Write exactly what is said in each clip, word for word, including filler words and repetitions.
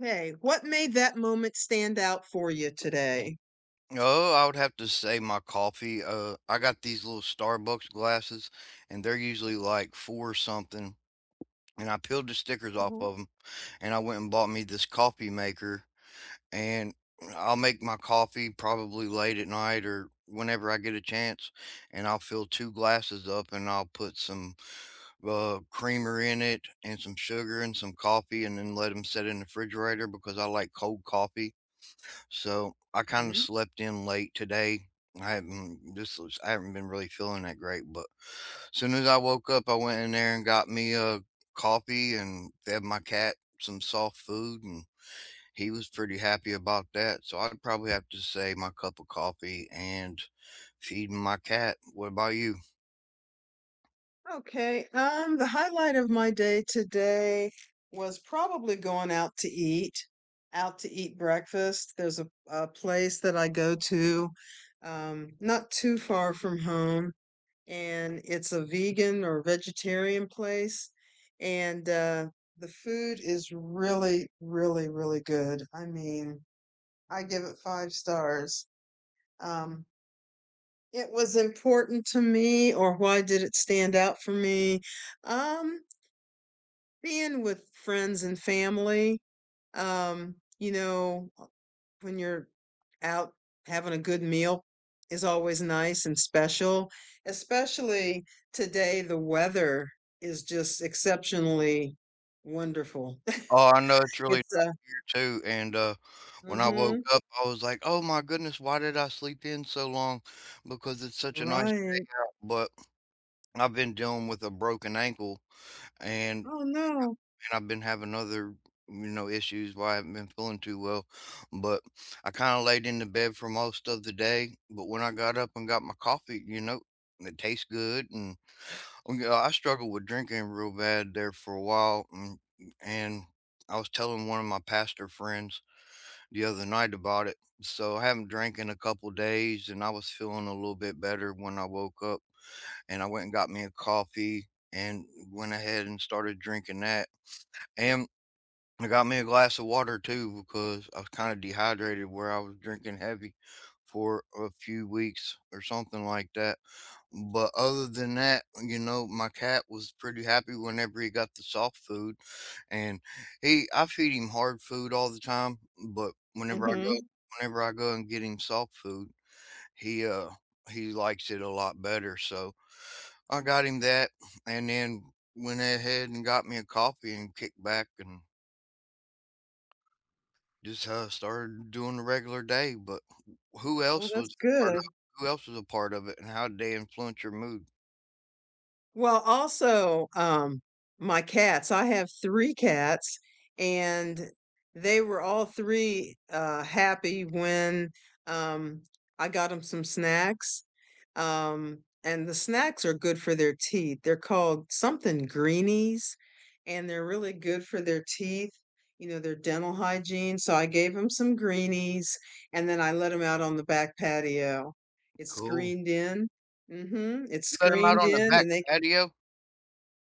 Okay, what made that moment stand out for you today? Oh, I would have to say my coffee. Uh, I got these little Starbucks glasses, and they're usually like four something. And I peeled the stickers off Mhm. of them, and I went and bought me this coffee maker. And I'll make my coffee probably late at night or whenever I get a chance. And I'll fill two glasses up, and I'll put some uh, creamer in it, and some sugar, and some coffee, and then let them set in the refrigerator because I like cold coffee so I kind of Mhm. slept in late today. I haven't this was I haven't been really feeling that great, but as soon as I woke up, I went in there and got me a coffee and fed my cat some soft food, and he was pretty happy about that. So I'd probably have to say my cup of coffee and feeding my cat. What about you? Okay, um, the highlight of my day today was probably going out to eat, out to eat breakfast. There's a, a place that I go to, um, not too far from home, and it's a vegan or vegetarian place. And uh, The food is really, really, really good. I mean, I give it five stars. Um, it was important to me or why did it stand out for me? Um, Being with friends and family. Um, you know, uh, when you're out having a good meal is always nice and special, especially today the weather is just exceptionally wonderful. Oh, I know it's really It's nice uh here too. And uh, when I Mm-hmm. woke up, I was like, "Oh my goodness, why did I sleep in so long?" Because it's such a nice day Right. out. But I've been dealing with a broken ankle and Oh no. and I've been having other, you know, issues why I haven't been feeling too well. But I kind of laid in the bed for most of the day. But when I got up and got my coffee, you know, it tastes good. And oh, yeah, I struggled with drinking real bad there for a while. And, and I was telling one of my pastor friends the other night about it. So I haven't drank in a couple days and I was feeling a little bit better when I woke up and I went and got me a coffee and went ahead and started drinking that. And I got me a glass of water too because I was kind of dehydrated where I was drinking heavy for a few weeks or something like that. But other than that, you know, my cat was pretty happy whenever he got the soft food and he I feed him hard food all the time, but whenever I go Mm-hmm. whenever I go and get him soft food, he uh he likes it a lot better. So I got him that, and then went ahead and got me a coffee and kicked back and just uh, started doing the regular day. But who Well, else that's was a part of good. Who else was a part of it, and how did they influence your mood? Well, also, um, my cats. I have three cats, and they were all three, uh, happy when, um, I got them some snacks, um, and the snacks are good for their teeth. They're called something Greenies, and they're really good for their teeth, you know, their dental hygiene, so I gave them some Greenies, and then I let them out on the back patio. It's Cool. screened in. Mhm. It's You let him out screened on the in, back and they patio?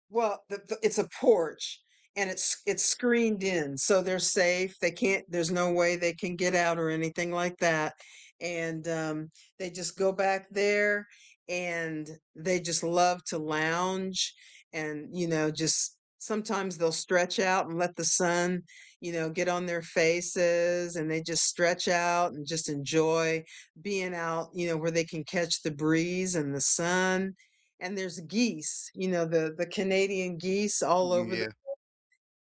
well, the, the, it's a porch and it's it's screened in, so they're safe. They can't, there's no way they can get out or anything like that. And um, They just go back there and they just love to lounge and, you know, just sometimes they'll stretch out and let the sun, you know, get on their faces and they just stretch out and just enjoy being out, you know, where they can catch the breeze and the sun and there's geese, you know, the the Canadian geese all Mm, over the Yeah.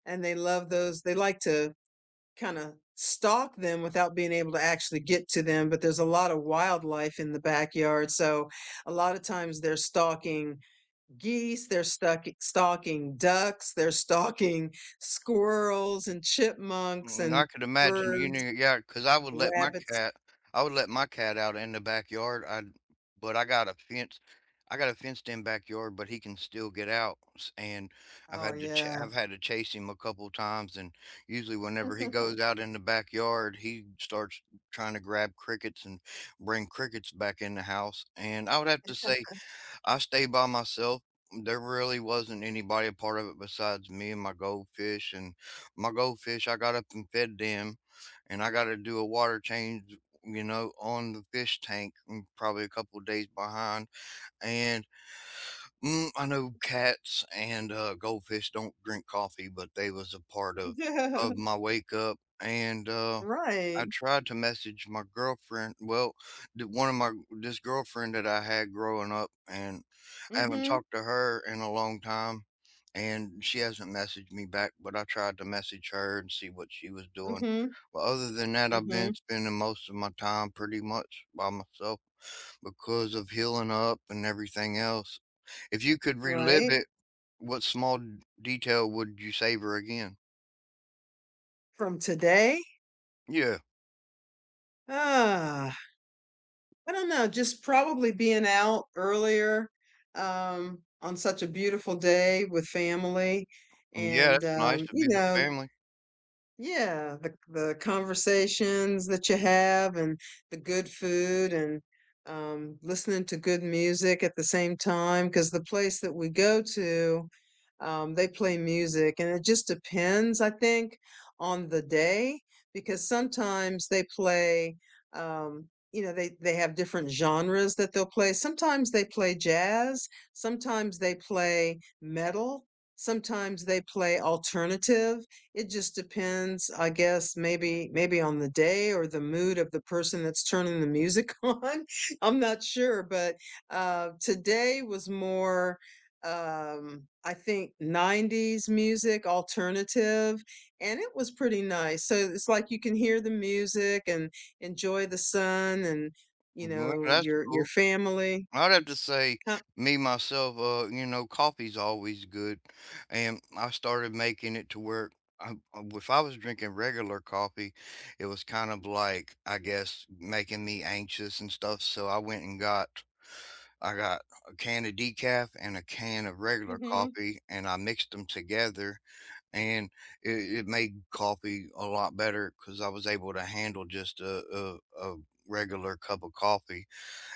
and they love those. They like to kind of stalk them without being able to actually get to them, but there's a lot of wildlife in the backyard. So a lot of times they're stalking geese, they're stuck stalking ducks, they're stalking squirrels and chipmunks Mm, and I could imagine you birds, knew yeah, cause I would let my rabbits. cat I would let my cat out in the backyard, I but I got a fence I got a fenced-in backyard, but he can still get out, s and I've Oh had to cha yeah. I've had to chase him a couple times, and usually whenever he goes out in the backyard, he starts trying to grab crickets and bring crickets back in the house, and I would have to say I stayed by myself. mm, There really wasn't anybody a part of it besides me and my goldfish. And my goldfish, I got up and fed them, and I got to do a water change, you know, on the fish tank. Mm, probably a couple of days behind. And mm, I know cats and uh, goldfish don't drink coffee, but they was a part of Yeah. of my wake up. And uh, I Right. tried to message my girlfriend well, the one of my this girlfriend that I had growing up, and I haven't Mhm. talked to her in a long time, and she hasn't messaged me back, but I tried to message her and see what she was doing. Mhm. But other than that, I've been Mhm. spending most of my time pretty much by myself because of healing up and everything else. If you could relive Right. it, what small d- detail would you savor again? From today? Yeah. Uh, I don't know, just probably being out earlier um, on such a beautiful day with family Yeah, and that's nice um, to be you with know, family. yeah, the the conversations that you have and the good food and um, listening to good music at the same time, because the place that we go to, um, they play music, and it just depends, I think, on the day, because sometimes they play, um, you know, they they have different genres that they'll play. Sometimes they play jazz, sometimes they play metal, sometimes they play alternative. It just depends, I guess, maybe maybe on the day or the mood of the person that's turning the music on. I'm not sure, but uh, today was more, um, I think, nineties music, alternative, and it was pretty nice. So it's like you can hear the music and enjoy the sun and, you Yeah, know, that's your your cool. family. I'd have to say, Huh. me myself, uh, you know, coffee's always good, and I started making it to where I, uh, if I was drinking regular coffee, it was kind of like I guess making me anxious and stuff. So I went and got I got a can of decaf and a can of regular Mhm. coffee, and I mixed them together, and it, it made coffee a lot better because I was able to handle just a, a a regular cup of coffee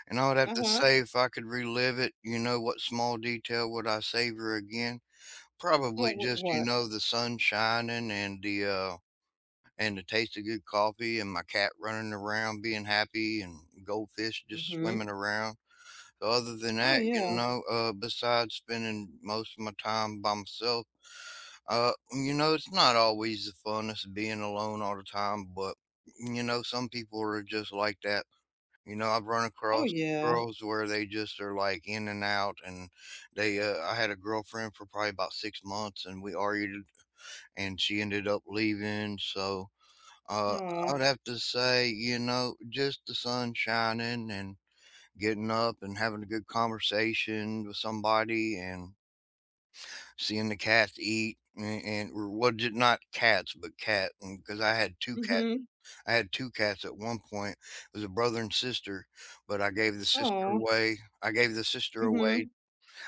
and I would have to Uh-huh. say if I could relive it, you know, what small detail would I savor again? Probably What what just, you what? know, the sun shining and the, uh, and the taste of good coffee and my cat running around being happy and goldfish just Mhm. swimming around. So other than Oh that, you yeah. know, uh, besides spending most of my time by myself, uh, you know, it's not always the funnest being alone all the time, but you know, some people are just like that. You know, I've run Oh across yeah. girls where they just are like in and out and they uh, I had a girlfriend for probably about six months and we argued and she ended up leaving. So, uh, I Oh. would have to say, you know, just the sun shining and getting up and having a good conversation with somebody and seeing the cats eat and, and or what did not cats, but cat because I had two cats Mhm. I had two cats at one point. It was a brother and sister, but I gave the sister Oh. away I gave the sister away Mhm.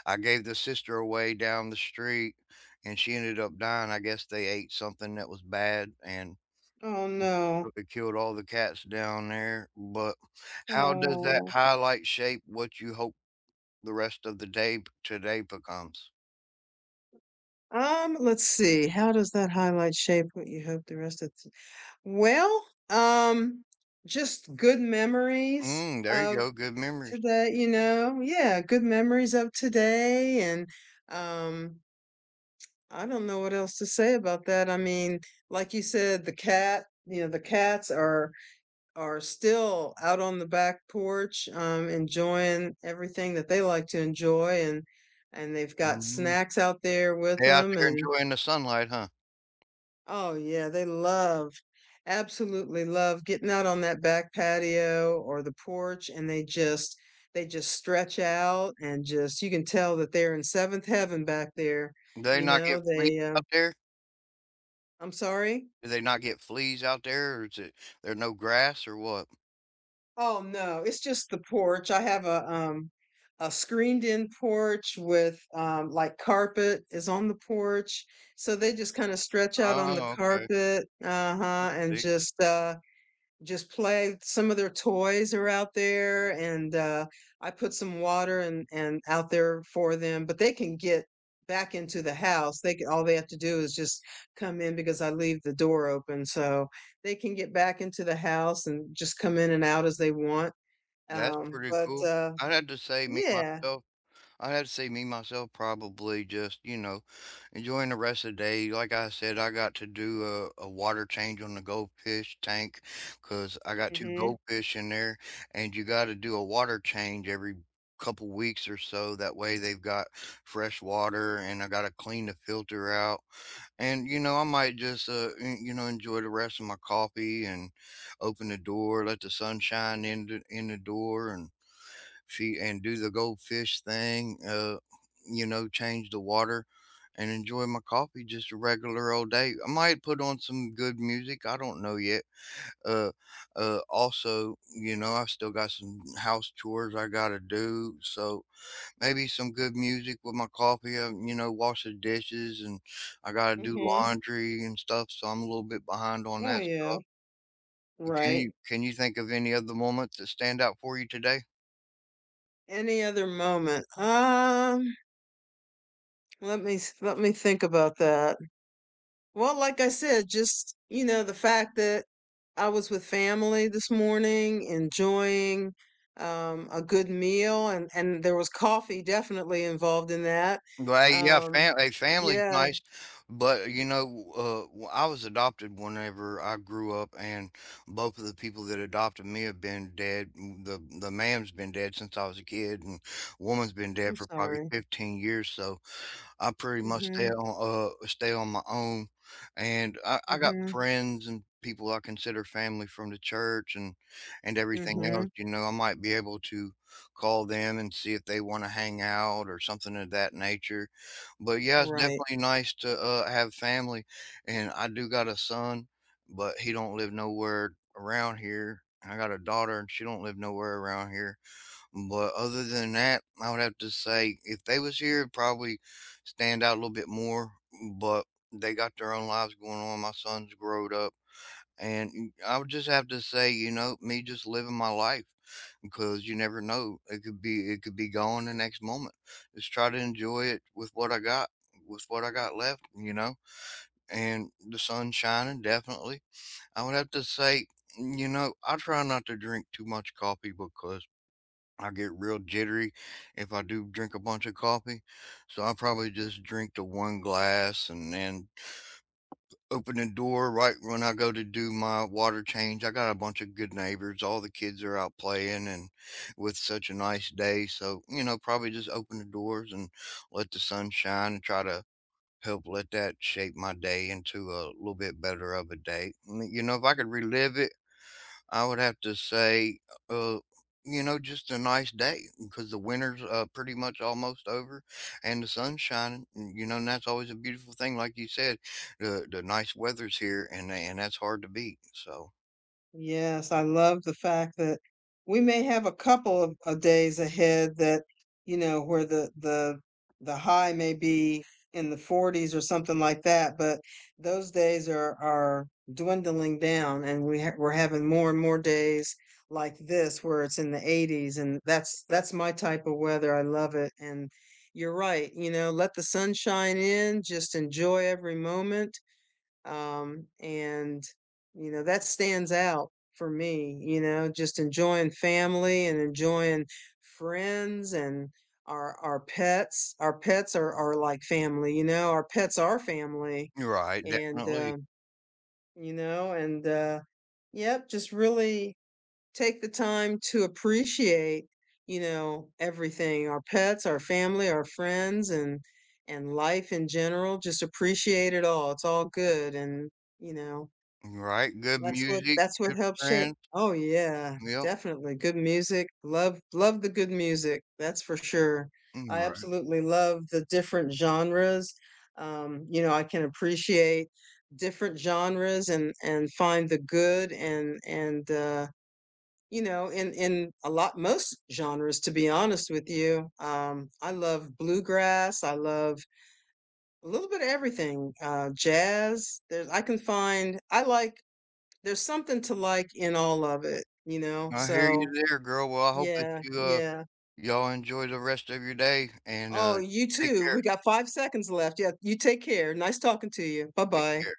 I gave the sister away down the street, and she ended up dying. I guess they ate something that was bad, and Oh no. it killed all the cats down there, but how does that Oh. highlight shape what you hope the rest of the day today becomes? Um, let's see. How does that highlight shape what you hope the rest of. Well, um, just good memories Mm, there you of go, good memories. today, you know. Yeah, good memories of today and um I don't know what else to say about that. I mean, like you said, the cat, you know, the cats are are still out on the back porch um enjoying everything that they like to enjoy and and they've got Mhm. snacks out there with They out them there and. enjoying the sunlight, huh? Oh, yeah, they love absolutely love getting out on that back patio or the porch, and they just they just stretch out and just you can tell that they're in seventh heaven back there, They you not know, get fleas they, um out there? I'm sorry? Do they not get fleas out there, or is it there no grass or what? Oh, no, it's just the porch, I have a, um, a screened-in porch with, um, like, carpet is on the porch, so they just kinda stretch out on the Oh, okay. carpet, uh-huh, and See, just, uh just play. Some of their toys are out there, and uh, I put some water and and out there for them. But they can get back into the house. They can, all they have to do is just come in because I leave the door open, so they can get back into the house and just come in and out as they want. that's Um, pretty but cool. uh, I'd have to say me, yeah, myself I'd have to say me, myself, probably just, you know, enjoying the rest of the day. Like I said, I got to do a a water change on the goldfish tank, cause I got two hmm goldfish in there, and you gotta do a water change every couple weeks or so, that way they've got fresh water, and I gotta clean the filter out. And, you know, I might just, uh, en you know, enjoy the rest of my coffee and open the door, let the sunshine in the in the door and feed and do the goldfish thing, uh, you know, change the water and enjoy my coffee just a regular old day. I might put on some good music, I don't know yet. Uh, uh, also, you know, I still got some house chores I gotta do, so maybe some good music with my coffee, uh, you know, wash the dishes, and I gotta do hmm laundry and stuff, so I'm a little bit behind on oh that yeah, stuff. But can you right. can you think of any other moments that stand out for you today? Any other moment? Um, let me s- let me think about that. Well, like I said, just, you know, the fact that I was with family this morning, enjoying um, a good meal, and, and there was coffee definitely involved in that. Well, hey, yeah, Um, fam a family's yeah, nice, but, you know, uh, w I was adopted whenever I grew up, and both of the people that adopted me have been dead. Mm, The the man's been dead since I was a kid, and woman's been dead I'm for probably sorry. fifteen years, so I pretty much Mm-hmm, stay on uh stay on my own, and I, I got mm-hmm, friends and people I consider family from the church and and everything mm-hmm. else. You know, I might be able to call them and see if they want to hang out or something of that nature. But yeah, it's Right. definitely nice to uh, have family, and I do got a son, but he don't live nowhere around here. I got a daughter, and she don't live nowhere around here. But other than that, I would have to say if they was here, it'd probably stand out a little bit more. But they got their own lives going on. My son's growed up, and I would just have to say, you know, me just living my life because you never know. It could be it could be gone the next moment. Just try to enjoy it with what I got, with what I got left, you know. And the sun's shining, definitely. I would have to say, you know, I try not to drink too much coffee because I get real jittery if I do drink a bunch of coffee. So I probably just drink the one glass and then open the door right when I go to do my water change. I got a bunch of good neighbors. All the kids are out playing and with such a nice day. So, you know, probably just open the doors and let the sun shine and try to help let that shape my day into a little bit better of a day. Mm, You know, if I could relive it, I would have to say, uh, you know, just a nice day because the winter's uh, pretty much almost over and the sun's shining, and, you know, and that's always a beautiful thing. Like you said, the, the nice weather's here and, and that's hard to beat. So, Yes, I love the fact that we may have a couple of, of days ahead that, you know, where the the the high may be in the forties or something like that, but those days are are dwindling down, and we ha we're having more and more days like this where it's in the eighties, and that's that's my type of weather. I love it, and you're right, you know, let the sun shine in, just enjoy every moment um, and, you know, that stands out for me, you know, just enjoying family and enjoying friends and our our pets. Our pets are are like family, you know, our pets are family. right, And, definitely. um, you know, and, uh, yep, just really take the time to appreciate, you know, everything, our pets, our family, our friends, and, and life in general, just appreciate it all. It's all good. And, you know, Right. Good that's what music, that's what good helps shape. friends. Oh, yeah, Yep. definitely, good music, love love the good music, that's for sure. mm, I Right. absolutely love the different genres, um, you know, I can appreciate different genres and and find the good and and, uh, you know, in in a lot most genres, to be honest with you, um, I love bluegrass, I love a little bit of everything, uh, jazz, there's I can find I like there's something to like in all of it, you know? I hear you So, there, girl. Well, I hope that yeah, you, uh, yeah. y'all enjoy the rest of your day and, Oh, uh, you take too. care. We got five seconds left. Yeah, you take care. Nice talking to you. Take Bye-bye. care.